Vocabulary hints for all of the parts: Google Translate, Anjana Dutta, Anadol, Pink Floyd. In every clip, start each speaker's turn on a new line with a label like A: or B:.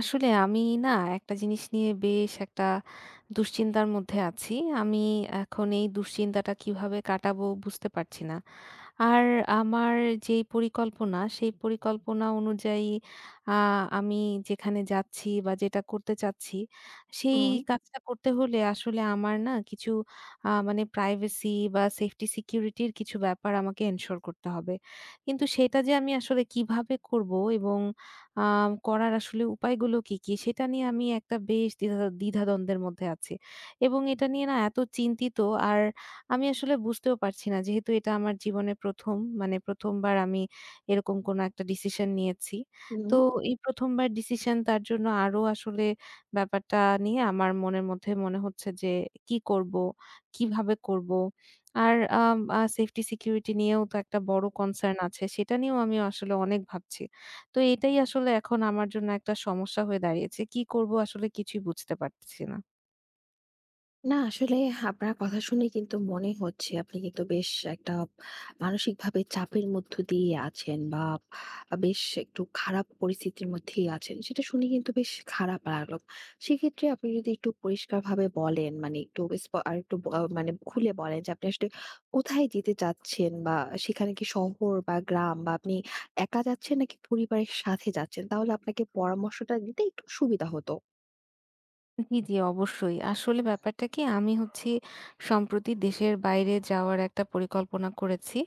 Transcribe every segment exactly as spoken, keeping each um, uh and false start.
A: আসলে আমি না একটা জিনিস নিয়ে বেশ একটা দুশ্চিন্তার মধ্যে আছি। আমি এখন এই দুশ্চিন্তাটা কিভাবে কাটাবো বুঝতে পারছি না। আর আমার যেই পরিকল্পনা, সেই পরিকল্পনা অনুযায়ী আ আমি যেখানে যাচ্ছি বা যেটা করতে চাচ্ছি, সেই
B: হুম,
A: কাজটা করতে হলে আসলে আমার না কিছু আ মানে প্রাইভেসি বা সেফটি সিকিউরিটির কিছু ব্যাপার আমাকে এনশিওর করতে হবে। কিন্তু সেটা যে আমি আসলে কিভাবে করব এবং আ করার আসলে উপায়গুলো কি, কি? সেটা নিয়ে আমি একটা বেশ দ্বিধা দ্বিধাদ্বন্দ্বের মধ্যে আছি। এবং এটা নিয়ে না এত চিন্তিত আর আমি আসলে বুঝতেও পারছি না যেহেতু এটা আমার জীবনে প্রথম মানে প্রথম বার আমি এরকম কোনো একটা ডিসিশন নিয়েছি। তো
B: হুম।
A: এই প্রথম বার ডিসিশন তার জন্য আরো আসলে ব্যাপারটা নিয়ে আমার মনের মধ্যে মনে হচ্ছে যে কি করব? কিভাবে করব? আর আম আ সেফটি সিকিউরিটি নিয়েও তো একটা বড় কনসার্ন আছে সেটা নিয়েও আমি আসলে অনেক ভাবছি। তো এটাই আসলে এখন আমার জন্য একটা সমস্যা হয়ে দাঁড়িয়েছে। কি করব আসলে কিছুই বুঝতে পারতেছি না।
B: না আসলে আপনার কথা শুনে কিন্তু মনে হচ্ছে আপনি কিন্তু বেশ একটা মানসিকভাবে চাপের মধ্য দিয়ে আছেন বা বেশ একটু খারাপ পরিস্থিতির মধ্যেই আছেন। সেটা শুনে কিন্তু বেশ খারাপ লাগলো। সেক্ষেত্রে আপনি যদি একটু পরিষ্কারভাবে বলেন, মানে একটু স্প আরেকটু ব মানে খুলে বলেন যে আপনি আসলে কোথায় যেতে চাচ্ছেন, বা সেখানে কি শহর বা গ্রাম, বা আপনি একা যাচ্ছেন নাকি পরিবারের সাথে যাচ্ছেন? তাহলে আপনাকে পরামর্শটা দিতে একটু সুবিধা হতো।
A: জি, জি, অবশ্যই। আসলে ব্যাপারটা কি আমি হচ্ছি সম্প্রতি দেশের বাইরে যাওয়ার একটা পরিকল্পনা করেছি।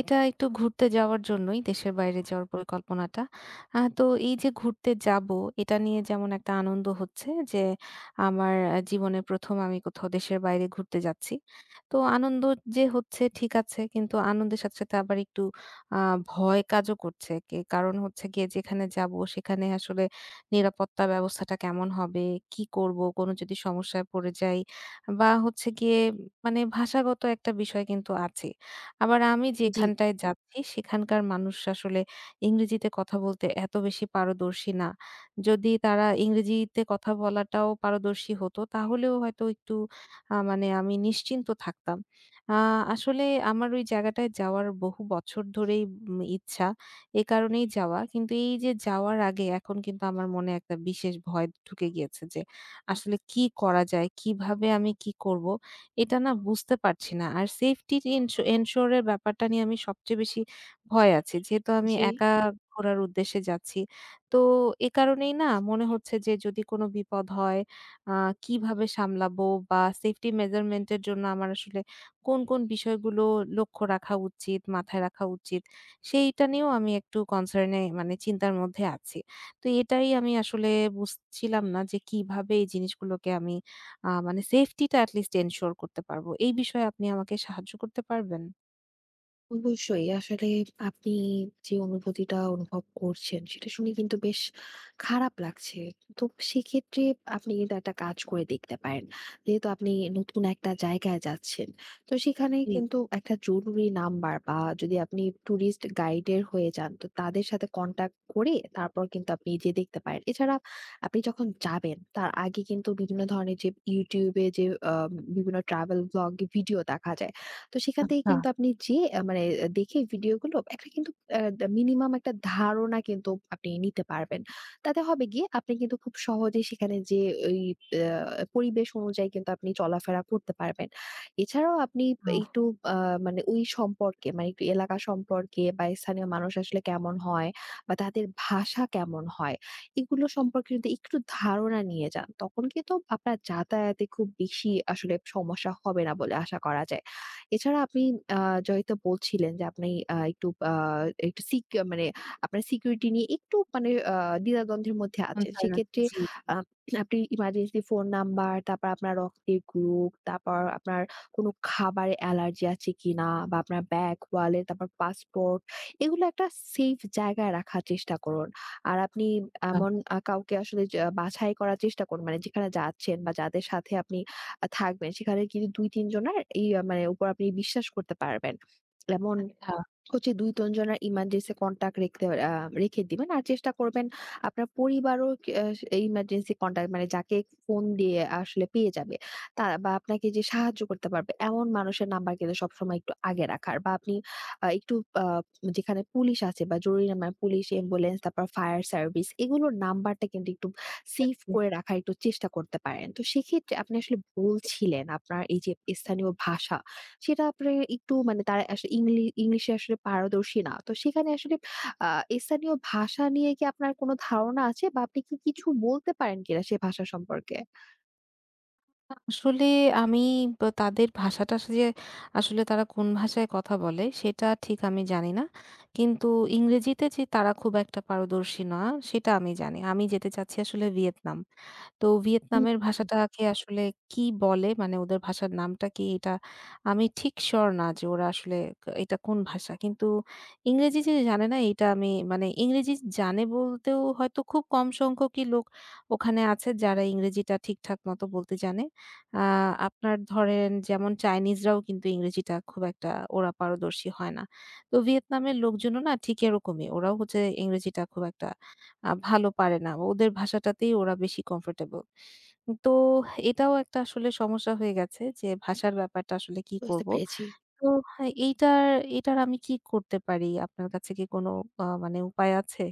A: এটা একটু ঘুরতে যাওয়ার জন্যই দেশের বাইরে যাওয়ার পরিকল্পনাটা। আ তো এই যে ঘুরতে যাবো এটা নিয়ে যেমন একটা আনন্দ হচ্ছে যে আমার আ জীবনে প্রথম আমি কোথাও দেশের বাইরে ঘুরতে যাচ্ছি। তো আনন্দ যে হচ্ছে ঠিক আছে কিন্তু আনন্দের সাথে, সাথে আবার একটু আ ভয় কাজও করছে। কে কারণ হচ্ছে গিয়ে যেখানে যাবো সেখানে আসলে নিরাপত্তা ব্যবস্থাটা কেমন হবে? কি করব? কোনো যদি সমস্যায় পড়ে যাই বা হচ্ছে গিয়ে মানে ভাষাগত একটা বিষয় কিন্তু আছে। আবার আমি
B: জি।
A: যেখানটায় যাচ্ছি সেখানকার মানুষ আসলে ইংরেজিতে কথা বলতে এত বেশি পারদর্শী না। যদি তারা ইংরেজিতে কথা বলাটাও পারদর্শী হতো তাহলেও হয়তো একটু আ মানে আমি নিশ্চিন্ত থাকতাম। আ আসলে আমার ওই জায়গাটায় যাওয়ার বহু বছর ধরেই উম ইচ্ছা। এ কারণেই যাওয়া। কিন্তু এই যে যাওয়ার আগে এখন কিন্তু আমার মনে একটা বিশেষ ভয় ঢুকে গিয়েছে যে আসলে কি করা যায়? কিভাবে আমি কি করব? এটা না বুঝতে পারছি না। আর সেফটি এনশো এনশিওর এর ব্যাপারটা নিয়ে আমি সবচেয়ে বেশি ভয় আছি। যেহেতু আমি
B: জি।
A: একা ঘোরার উদ্দেশ্যে যাচ্ছি। তো এ কারণেই না মনে হচ্ছে যে যদি কোনো বিপদ হয় আ কিভাবে সামলাবো বা সেফটি মেজারমেন্ট এর জন্য আমার আসলে কোন, কোন বিষয়গুলো লক্ষ্য রাখা উচিত, মাথায় রাখা উচিত? সেইটা নিয়েও আমি একটু কনসার্ন এ মানে চিন্তার মধ্যে আছি। তো এটাই আমি আসলে বুঝছিলাম না যে কিভাবে এই জিনিসগুলোকে আমি আ মানে সেফটি টা এটি লিস্ট এনশিওর করতে পারবো। এই বিষয়ে আপনি আমাকে সাহায্য করতে পারবেন?
B: অবশ্যই। আসলে আপনি যে অনুভূতিটা অনুভব করছেন, সেটা শুনে কিন্তু বেশ খারাপ লাগছে। তো সেক্ষেত্রে আপনি কিন্তু একটা কাজ করে দেখতে পারেন। যেহেতু আপনি নতুন একটা জায়গায় যাচ্ছেন, তো সেখানে
A: জি,
B: কিন্তু একটা জরুরি নাম্বার, বা যদি আপনি টুরিস্ট গাইডের হয়ে যান, তো তাদের সাথে কনট্যাক্ট করে তারপর কিন্তু আপনি যেয়ে দেখতে পারেন। এছাড়া আপনি যখন যাবেন তার আগে কিন্তু বিভিন্ন ধরনের যে YouTube এ যে আ বিভিন্ন ট্রাভেল ব্লগ ভিডিও দেখা যায়। তো সেখান থেকে
A: আচ্ছা।
B: কিন্তু আপনি যেয়ে আ মানে দেখে ভিডিওগুলো একটা কিন্তু আ দা মিনিমাম একটা ধারণা কিন্তু আপনি নিতে পারবেন। তাতে হবে গিয়ে আপনি কিন্তু খুব সহজেই সেখানে যেয়ে ওই আ পরিবেশ অনুযায়ী কিন্তু আপনি চলাফেরা করতে পারবেন। এছাড়াও আপনি
A: আ
B: একটু আ মানে ওই সম্পর্কে, মানে একটু এলাকা সম্পর্কে বা স্থানীয় মানুষ আসলে কেমন হয় বা তাদের ভাষা কেমন হয়, এগুলো সম্পর্কে যদি একটু ধারণা নিয়ে যান, তখন কিন্তু আপনার যাতায়াতে খুব বেশি আসলে সমস্যা হবে না বলে আশা করা যায়। এছাড়া আপনি আ যেটা বলছিলেন যে আপনি আ একটু আ একটু সিক মানে আপনার সিকিউরিটি নিয়ে একটু, মানে আ দ্বিধাদ্বন্দ্বের মধ্যে আছেন।
A: কনসার্ন আছে।
B: সেক্ষেত্রে
A: জি, জি।
B: আ আপনি ইমার্জেন্সি ফোন নাম্বার, তারপর আপনার রক্তের গ্রুপ, তারপর আপনার কোন খাবারে অ্যালার্জি আছে কিনা, বা আপনার ব্যাগ, ওয়ালেট, তারপর পাসপোর্ট এগুলো একটা সেফ জায়গায় রাখার চেষ্টা করুন। আর আপনি
A: আ
B: এমন আ কাউকে আসলে য বাছাই করার চেষ্টা করুন। মানে যেখানে যাচ্ছেন বা যাদের সাথে আপনি আ থাকবেন। সেখানে কিন্তু দুই তিন জনের এই আ মানে উপর আপনি বিশ্বাস করতে পারবেন। এমন
A: আচ্ছা।
B: হচ্ছে দুই তিন জনের ইমার্জেন্সি কন্টাক্ট রেখতে আ রেখে দিবেন। আর চেষ্টা করবেন আপনার পরিবারও আ ইমার্জেন্সি কন্টাক্ট, মানে যাকে ফোন দিয়ে আসলে পেয়ে যাবে। তা বা আপনাকে যে সাহায্য করতে পারবে এমন মানুষের নাম্বার কিন্তু সবসময় একটু আগে রাখার। বা আপনি আ একটু আ যেখানে পুলিশ আছে, বা জরুরি নাম্বার পুলিশ, অ্যাম্বুলেন্স, তারপর ফায়ার সার্ভিস এগুলোর নাম্বারটা কিন্তু একটু সেভ
A: জি।
B: করে রাখার একটু চেষ্টা করতে পারেন। তো সেক্ষেত্রে আপনি আসলে বলছিলেন আপনার এই যে স্থানীয় ভাষা, সেটা আপনার একটু, মানে তারা আসলে ইংলি ইংলিশে আসলে পারদর্শী না। তো সেখানে আসলে আ স্থানীয় ভাষা নিয়ে কি আপনার কোন ধারণা আছে, বা আপনি কি কিছু বলতে পারেন কিনা সে ভাষা সম্পর্কে?
A: আসলে আমি বা তাদের ভাষাটা আসলে যে আসলে তারা কোন ভাষায় কথা বলে সেটা ঠিক আমি জানি না। কিন্তু ইংরেজিতে যে তারা খুব একটা পারদর্শী না সেটা আমি জানি। আমি যেতে চাচ্ছি আসলে ভিয়েতনাম। তো
B: হুম,
A: ভিয়েতনামের ভাষাটাকে আসলে কি বলে? মানে ওদের ভাষার নামটা কি? এটা আমি ঠিক সিউর না যে ওরা আসলে ক- এটা কোন ভাষা। কিন্তু ইংরেজি যে জানে না এটা আমি মানে ইংরেজি জানে বলতেও হয়তো খুব কম সংখ্যকই লোক ওখানে আছে যারা ইংরেজিটা ঠিকঠাক মতো বলতে জানে। আ আপনার ধরেন যেমন চাইনিজরাও কিন্তু ইংরেজিটা খুব একটা ওরা পারদর্শী হয় না। তো ভিয়েতনামের লোকজনও না ঠিক এরকমই। ওরাও হচ্ছে ইংরেজিটা খুব একটা আ ভালো পারে না। ওদের ভাষাটাতেই ওরা বেশি কমফোর্টেবল। তো এটাও একটা আসলে সমস্যা হয়ে গেছে যে ভাষার ব্যাপারটা আসলে কি
B: বুঝতে
A: করব?
B: পেরেছি।
A: তো হ্যাঁ, এইটার এইটার আমি কি করতে পারি? আপনার কাছে কি কোনো আ মানে উপায় আছে?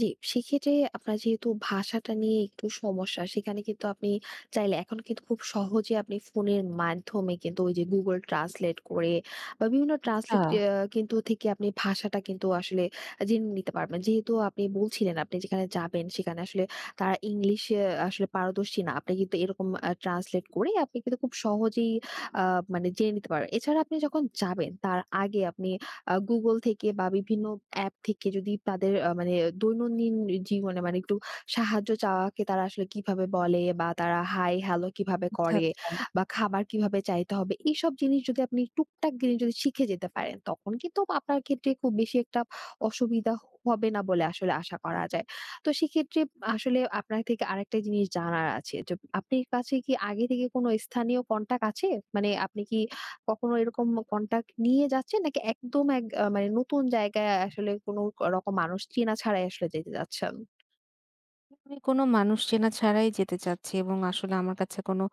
B: জি, সেক্ষেত্রে আপনার যেহেতু ভাষাটা নিয়ে একটু সমস্যা, সেখানে কিন্তু আপনি চাইলে এখন কিন্তু খুব সহজে আপনি ফোনের মাধ্যমে কিন্তু ওই যে Google Translate করে, বা বিভিন্ন
A: আচ্ছা,
B: ট্রান্সলেট আ কিন্তু থেকে আপনি ভাষাটা কিন্তু আসলে জেনে নিতে পারবেন। যেহেতু আপনি বলছিলেন আপনি যেখানে যাবেন সেখানে আসলে তারা ইংলিশে আসলে পারদর্শী না। আপনি কিন্তু এরকম আ ট্রান্সলেট করে আপনি কিন্তু খুব সহজেই আ মানে জেনে নিতে পারবেন। এছাড়া আপনি যখন যাবেন তার আগে আপনি আ Google থেকে বা বিভিন্ন অ্যাপ থেকে যদি তাদের আ মানে দৈনন্দিন জীবনে, মানে একটু সাহায্য চাওয়াকে তারা আসলে কিভাবে বলে, বা তারা হাই, হ্যালো কিভাবে
A: আচ্ছা,
B: করে,
A: আচ্ছা।
B: বা খাবার কিভাবে চাইতে হবে, এইসব জিনিস যদি আপনি টুকটাক জিনিস যদি শিখে যেতে পারেন, তখন কিন্তু আপনার ক্ষেত্রে খুব বেশি একটা অসুবিধা হবে না বলে আসলে আশা করা যায়। তো সেক্ষেত্রে আসলে আপনার থেকে আরেকটা জিনিস জানার আছে যে, আপনার কাছে কি আগে থেকে কোনো স্থানীয় কনট্যাক্ট আছে? মানে আপনি কি কখনো এরকম কনট্যাক্ট নিয়ে যাচ্ছেন? নাকি একদম এক আ মানে নতুন জায়গায় আসলে কোনো রকম মানুষ চেনা ছাড়াই আসলে যেতে যাচ্ছেন?
A: আমি কোনো মানুষ চেনা ছাড়াই যেতে চাচ্ছি এবং আসলে আমার কাছে কোনো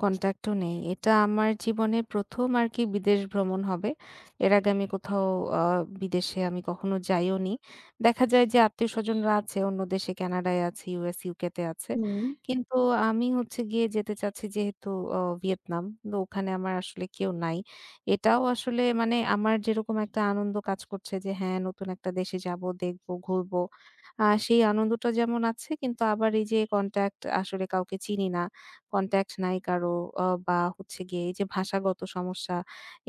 A: কনট্যাক্ট ও নেই। এটা আমার জীবনে ১ম আরকি বিদেশ ভ্রমণ হবে। এর আগে আমি কোথাও আ বিদেশে আমি কখনো যাইওনি। দেখা যায় যে আত্মীয়স্বজনরা আছে অন্য দেশে কানাডায় আছে, ইউএস, ইউকেতে আছে।
B: হুম,
A: কিন্তু আমি হচ্ছে গিয়ে যেতে চাচ্ছি যেহেতু অ ভিয়েতনাম। তো ওখানে আমার আসলে কেউ নাই। এটাও আসলে মানে আমার যেরকম একটা আনন্দ কাজ করছে যে হ্যাঁ, নতুন একটা দেশে যাবো, দেখবো, ঘুরবো। আ সেই আনন্দটা যেমন আছে কিন্তু আবার এই যে কনট্যাক্ট আসলে কাউকে চিনি না। কনট্যাক্ট নাই কারো অ বা হচ্ছে গিয়ে এই যে ভাষাগত সমস্যা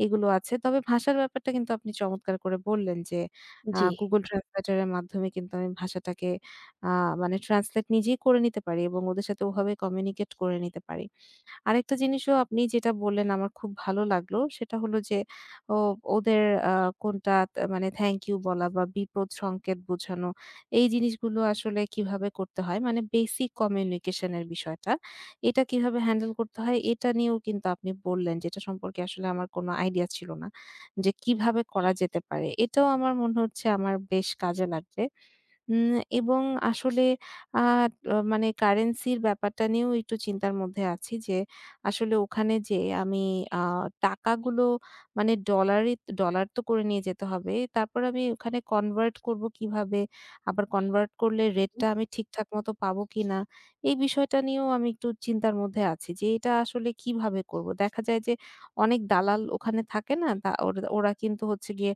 A: এগুলো আছে। তবে ভাষার ব্যাপারটা কিন্তু আপনি চমৎকার করে বললেন যে আ
B: জি।
A: Google Translator এর মাধ্যমে কিন্তু আমি ভাষাটাকে আ মানে ট্রান্সলেট নিজেই করে নিতে পারি এবং ওদের সাথে ওভাবে কমিউনিকেট করে নিতে পারি। আরেকটা জিনিসও আপনি যেটা বললেন আমার খুব ভালো লাগলো। সেটা হলো যে ও ওদের আ কোনটা তা মানে থ্যাংক ইউ বলা বা বিপদ সংকেত বোঝানো। এই জিনিসগুলো আসলে কিভাবে করতে হয় মানে বেসিক কমিউনিকেশন এর বিষয়টা। এটা কিভাবে হ্যান্ডেল করতে হয় এটা নিয়েও কিন্তু আপনি বললেন যেটা সম্পর্কে আসলে আমার কোনো আইডিয়া ছিল না। যে কিভাবে করা যেতে পারে। এটাও আমার মনে হচ্ছে আমার বেশ কাজে লাগবে। উম এবং আসলে আ মানে কারেন্সির ব্যাপারটা নিয়েও একটু চিন্তার মধ্যে আছি যে আসলে ওখানে যেয়ে আমি আ টাকাগুলো মানে ডলারে ডলার তো করে নিয়ে যেতে হবে। তারপর আমি ওখানে কনভার্ট করব কিভাবে? আবার কনভার্ট করলে
B: হুম।
A: রেটটা আমি ঠিকঠাক মতো পাবো কিনা? এই বিষয়টা নিয়েও আমি একটু চিন্তার মধ্যে আছি যে এটা আসলে কিভাবে করব? দেখা যায় যে অনেক দালাল ওখানে থাকে না? তা ওরা ওরা কিন্তু হচ্ছে গিয়ে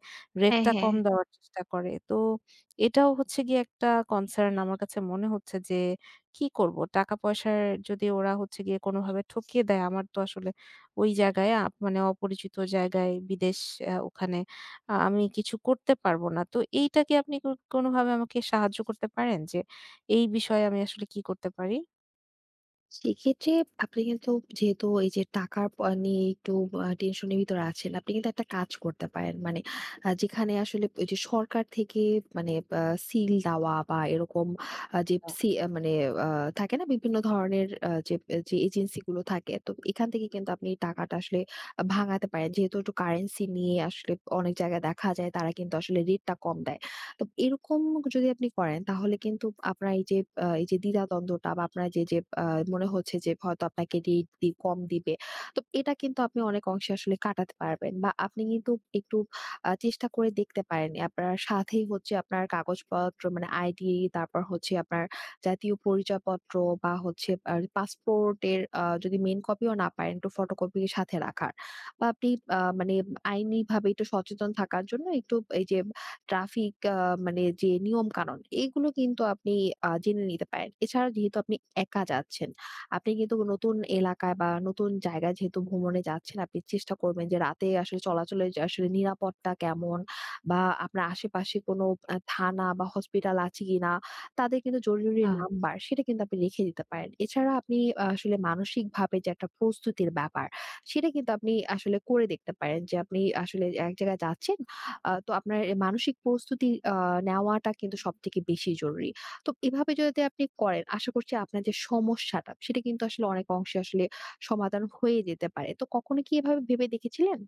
B: হ্যাঁ,
A: রেটটা
B: হ্যাঁ।
A: কম দেওয়ার চেষ্টা করে। তো এটাও হচ্ছে গিয়ে একটা কনসার্ন আমার কাছে মনে হচ্ছে যে কি করব? টাকা-পয়সার যদি ওরা হচ্ছে গিয়ে কোনোভাবে ঠকিয়ে দেয় আমার তো আসলে ওই জায়গায় আ মানে অপরিচিত জায়গায় বিদেশ আ ওখানে আ আমি কিছু করতে পারবো না। তো এইটা কি আপনি কো কোনোভাবে আমাকে সাহায্য করতে পারেন যে এই বিষয়ে আমি আসলে কি করতে পারি?
B: সেক্ষেত্রে আপনি কিন্তু, যেহেতু এই যে টাকার প নিয়ে একটু আ টেনশনের ভিতরে আছেন, আপনি কিন্তু একটা কাজ করতে পারেন। মানে আ যেখানে আসলে ওই যে সরকার থেকে, মানে আ সিল দেওয়া বা এরকম আ যে
A: আ
B: সি আ মানে আ থাকে না বিভিন্ন ধরনের আ যে যে এজেন্সি গুলো থাকে। তো এখান থেকে কিন্তু আপনি টাকাটা আসলে ভাঙাতে পারেন। যেহেতু একটু কারেন্সি নিয়ে আসলে অনেক জায়গায় দেখা যায় তারা কিন্তু আসলে রেটটা কম দেয়। তো এরকম যদি আপনি করেন তাহলে কিন্তু আপনার এই যে আ এই যে দ্বিধাদ্বন্দ্বটা বা আপনার যে, যে আ মনে হচ্ছে যে হয়তো আপনাকে রেট দি কম দিবে। তো এটা কিন্তু আপনি অনেক অংশে আসলে কাটাতে পারবেন, বা আপনি কিন্তু একটু আ চেষ্টা করে দেখতে পারেন। আপনার সাথেই হচ্ছে আপনার কাগজপত্র, মানে আইডি, তারপর হচ্ছে আপনার জাতীয় পরিচয়পত্র, বা হচ্ছে আর পাসপোর্টের আ যদি মেইন কপিও না পারেন, একটু ফটোকপি সাথে রাখার। বা আপনি আ মানে আইনিভাবে একটু সচেতন থাকার জন্য একটু এই যে ট্রাফিক আ মানে যে নিয়মকানুন এইগুলো কিন্তু আপনি আ জেনে নিতে পারেন। এছাড়া যেহেতু আপনি একা যাচ্ছেন, আপনি কিন্তু নতুন এলাকায় বা নতুন জায়গায় যেহেতু ভ্রমণে যাচ্ছেন, আপনি চেষ্টা করবেন যে রাতে আসলে চলাচলের যে আসলে নিরাপত্তা কেমন, বা আপনার আশেপাশে কোনো আ থানা বা হসপিটাল আছে কিনা, তাদের কিন্তু জরুরি
A: আ
B: নাম্বার সেটা কিন্তু আপনি রেখে দিতে পারেন। এছাড়া আপনি আ আসলে মানসিকভাবে যে একটা প্রস্তুতির ব্যাপার, সেটা কিন্তু আপনি আসলে করে দেখতে পারেন যে আপনি আসলে এক জায়গায় যাচ্ছেন, আ তো আপনার এ মানসিক প্রস্তুতি আ নেওয়াটা কিন্তু সবথেকে বেশি জরুরি। তো এভাবে যদি আপনি করেন, আশা করছি আপনার যে সমস্যাটা, সেটা কিন্তু আসলে অনেক অংশে আসলে সমাধান হয়ে যেতে পারে। তো কখনো কি এভাবে ভেবে দেখেছিলেন?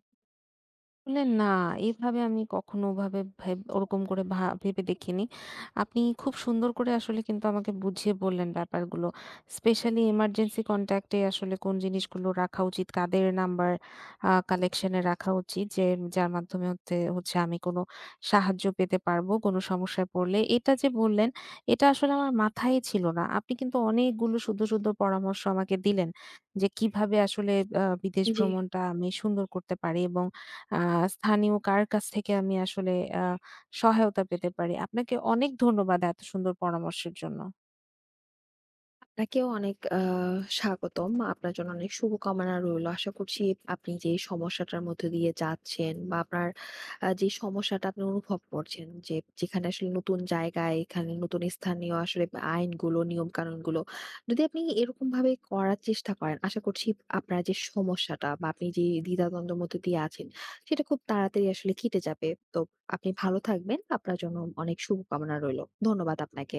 A: আসলে না, এভাবে আমি কখনো ওভাবে ভেব ওরকম করে ভা ভেবে দেখিনি। আপনি খুব সুন্দর করে আসলে কিন্তু আমাকে বুঝিয়ে বললেন ব্যাপারগুলো। স্পেশালি এমার্জেন্সি কনট্যাক্ট এ আসলে কোন জিনিসগুলো রাখা উচিত, কাদের নাম্বার আ কালেকশন এ রাখা উচিত যে যার মাধ্যমে হতে হচ্ছে আমি কোনো সাহায্য পেতে পারবো, কোনো সমস্যায় পড়লে। এটা যে বললেন, এটা আসলে আমার মাথায় ছিল না। আপনি কিন্তু অনেকগুলো সুন্দর, সুন্দর পরামর্শ আমাকে দিলেন যে কিভাবে আসলে আ বিদেশ
B: জি।
A: ভ্রমণটা আমি সুন্দর করতে পারি এবং আ স্থানীয় কার কাছ থেকে আমি আসলে আ সহায়তা পেতে পারি। আপনাকে অনেক ধন্যবাদ এত সুন্দর পরামর্শের জন্য।
B: আপনাকেও অনেক আ স্বাগতম। আপনার জন্য অনেক শুভকামনা রইলো। আশা করছি আপনি যে সমস্যাটার মধ্য দিয়ে যাচ্ছেন, বা আপনার আ যে সমস্যাটা আপনি অনুভব করছেন যে, যেখানে আসলে নতুন জায়গায়, এখানে নতুন স্থানীয় আসলে আইনগুলো, নিয়মকানুনগুলো যদি আপনি এরকমভাবে করার চেষ্টা করেন, আশা করছি আপনার যে সমস্যাটা, বা আপনি যে দ্বিধাদ্বন্দ্বের মধ্যে দিয়ে আছেন, সেটা খুব তাড়াতাড়ি আসলে কেটে যাবে। তো আপনি ভালো থাকবেন। আপনার জন্য অনেক শুভকামনা রইলো। ধন্যবাদ আপনাকে।